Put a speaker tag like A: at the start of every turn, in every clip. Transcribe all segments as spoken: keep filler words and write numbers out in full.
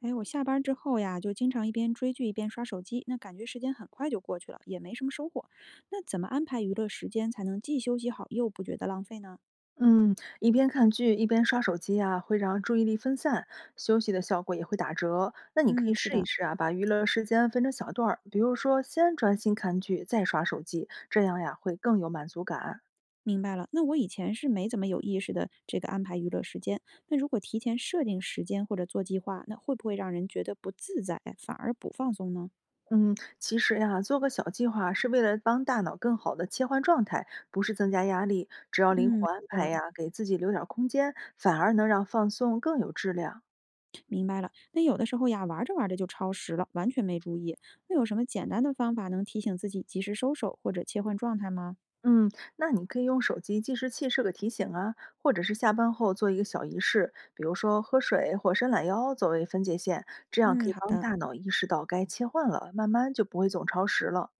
A: 哎，我下班之后呀，就经常一边追剧一边刷手机，那感觉时间很快就过去了，也没什么收获。那怎么安排娱乐时间才能既休息好又不觉得浪费呢？
B: 嗯，一边看剧一边刷手机啊，会让注意力分散，休息的效果也会打折。那你可以
A: 嗯，是
B: 试一
A: 的，
B: 试啊，把娱乐时间分成小段儿，比如说先专心看剧，再刷手机，这样呀会更有满足感。
A: 明白了。那我以前是没怎么有意识的这个安排娱乐时间。那如果提前设定时间或者做计划，那会不会让人觉得不自在，反而不放松呢？
B: 嗯，其实呀，做个小计划是为了帮大脑更好的切换状态，不是增加压力。只要灵
A: 嗯，
B: 活
A: 没
B: 安
A: 错
B: 排
A: 儿。
B: 呀，给自己留点儿空间，反而能让放松更有质量。
A: 那有的时候呀，玩着玩着就超时了，完全没注意。那有什么简单的方法能提醒自己及时收手或者切换状态吗？
B: 嗯，那你可以用手机计时器设个提醒啊，或者是下班后做一个小仪式，比如说喝水或伸懒腰作为分界线，这样可
A: 嗯，
B: 以
A: 好
B: 帮
A: 的。
B: 大脑意识到该切换了，慢慢就不会总超时了。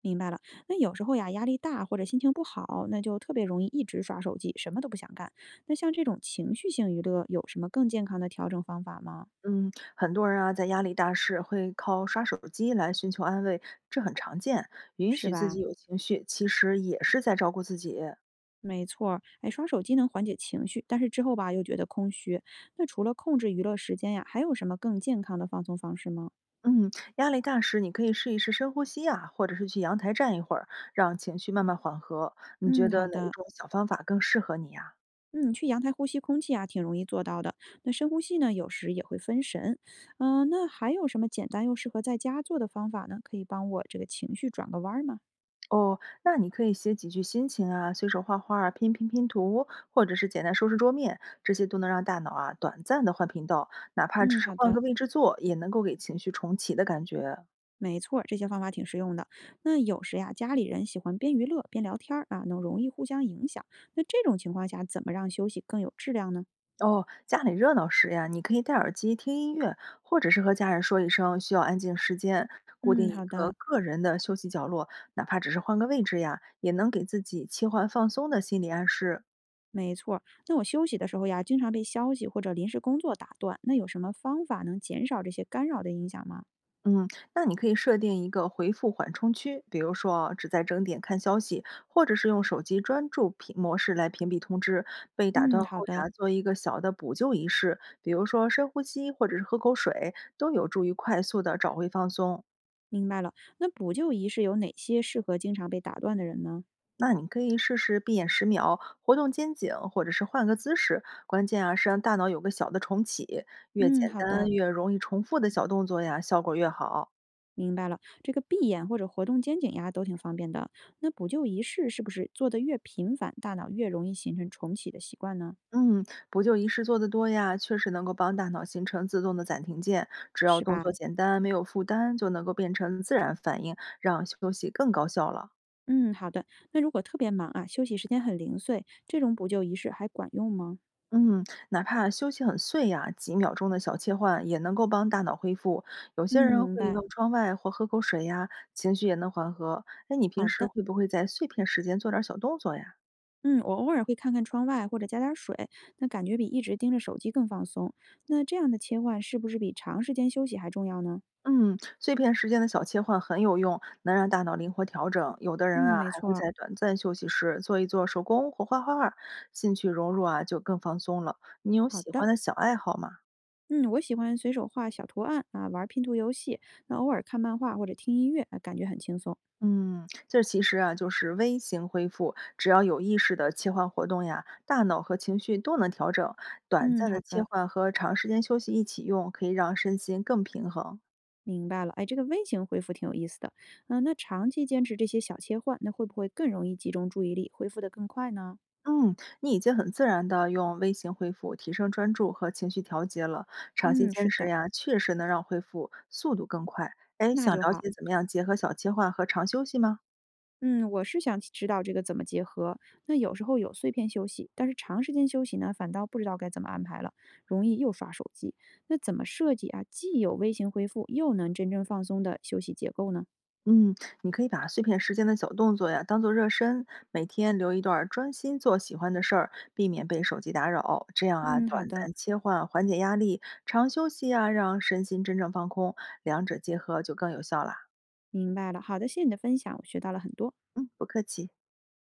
A: 明白了，那有时候呀，压力大或者心情不好，那就特别容易一直刷手机，什么都不想干。那像这种情绪性娱乐，有什么更健康的调整方法吗？
B: 嗯，很多人啊，在压力大时会靠刷手机来寻求安慰，这很常见。允
A: 是
B: 许自
A: 吧？
B: 己有情绪，其实也是在照顾自己。
A: 没错儿，哎，刷手机能缓解情绪，但是之后吧又觉得空虚。那除了控制娱乐时间呀，还有什么更健康的放松方式吗？
B: 嗯，压力大时你可以试一试深呼吸啊，或者是去阳台站一会儿，让情绪慢慢缓和。你觉
A: 嗯，
B: 得
A: 好
B: 哪一
A: 的，
B: 种小方法更适合你呀？
A: 嗯，去阳台呼吸空气啊，挺容易做到的。那深呼吸呢，有时也会分神。嗯、那还有什么简单又适合在家做的方法呢？可以帮我这个情绪转个弯儿吗？
B: 哦，那你可以写几句心情啊，随手画画儿啊、拼拼拼图，或者是简单收拾桌面，这些都能让大脑啊短暂的换频道，哪怕只
A: 嗯，
B: 是
A: 好
B: 换
A: 的。
B: 个位置坐，也能够给情绪重启的感觉。
A: 没错儿，这些方法挺实用的。那有时呀，家里人喜欢边娱乐边聊天儿啊，能容易互相影响。那这种情况下，怎么让休息更有质量呢？
B: 哦，家里热闹时呀，你可以戴耳机听音乐，或者是和家人说一声需要安静时间，固定
A: 嗯，
B: 一
A: 好
B: 个
A: 的，
B: 个人的休息角落，哪怕只是换个位置呀，也能给自己切换放松的心理暗示。
A: 没错儿。那我休息的时候呀，经常被消息或者临时工作打断，那有什么方法能减少这些干扰的影响吗？
B: 嗯，那你可以设定一个回复缓冲区，比如说啊只在整点看消息，或者是用手机专注屏模式来屏蔽通知。被打断
A: 嗯，
B: 后
A: 好的，
B: 呀，做一个小的补救仪式，比如说深呼吸或者是喝口水，都有助于快速的找回放松。
A: 明白了。那补救仪式有哪些适合经常被打断的人呢？
B: 那你可以试试闭眼十秒，活动肩颈，或者是换个姿势。关键啊是让大脑有个小的重启，越
A: 嗯，
B: 简
A: 好
B: 单
A: 的。
B: 越容易重复的小动作呀，效果越好。
A: 明白了，这个闭眼或者活动肩颈呀都挺方便的。那补救仪式是不是做的越频繁，大脑越容易形成重启的习惯呢？
B: 嗯，补救仪式做得多呀，确实能够帮大脑形成自动的暂停键。只要
A: 是
B: 动作
A: 吧？
B: 简单，没有负担，就能够变成自然反应，让休息更高效了。
A: 嗯，好的。那如果特别忙啊，休息时间很零碎，这种补救仪式还管用吗？
B: 嗯，哪怕休息很碎呀，几秒钟的小切换也能够帮大脑恢复。有
A: 嗯，
B: 些人会
A: 明白。
B: 望窗外或喝口水呀，情绪也能缓和。哎，你平
A: 好
B: 时
A: 的。
B: 会不会在碎片时间做点儿小动作呀？
A: 嗯，我偶尔会看看窗外或者加点儿水，那感觉比一直盯着手机更放松。那这样的切换是不是比长时间休息还重要呢？
B: 嗯，碎片时间的小切换很有用，能让大脑灵活调整。有的人啊，
A: 嗯，没
B: 还
A: 错
B: 会
A: 儿。
B: 在短暂休息时做一做手工或画画兴趣融入啊就更放松了。你有
A: 好
B: 喜
A: 的。
B: 欢的小爱好吗？
A: 嗯，我喜欢随手画小图案啊，玩拼图游戏，那偶尔看漫画或者听音乐啊，感觉很轻松。
B: 嗯，这其实啊就是微型恢复，只要有意识的切换活动呀，大脑和情绪都能调整。短
A: 嗯，
B: 暂的
A: 好
B: 切
A: 的，
B: 换和长时间休息一起用，可以让身心更平衡。
A: 明白了。哎，这个微型恢复挺有意思的。嗯，那长期坚持这些小切换，那会不会更容易集中注意力，恢复得更快呢？
B: 嗯，你已经很自然的用微型恢复提升专注和情绪调节了，长期
A: 嗯，
B: 坚
A: 是
B: 持
A: 的，
B: 呀，确实能让恢复速度更快。哎，
A: 那
B: 想
A: 就
B: 了
A: 好。
B: 解怎么样结合小切换和长休息吗？
A: 嗯，我是想知道这个怎么结合。那有时候有碎片休息，但是长时间休息呢，反倒不知道该怎么安排了，容易又刷手机。那怎么设计啊，既有微型恢复，又能真正放松的休息结构呢？
B: 嗯，你可以把碎片时间的小动作呀当做热身，每天留一段儿专心做喜欢的事儿，避免被手机打扰。这样啊，
A: 嗯，好
B: 短
A: 的。
B: 暂切换缓解压力，长休息呀让身心真正放空，两者结合就更有效啦。
A: 明白了，好的，谢谢你的分享，我学到了很多。
B: 嗯，不客气。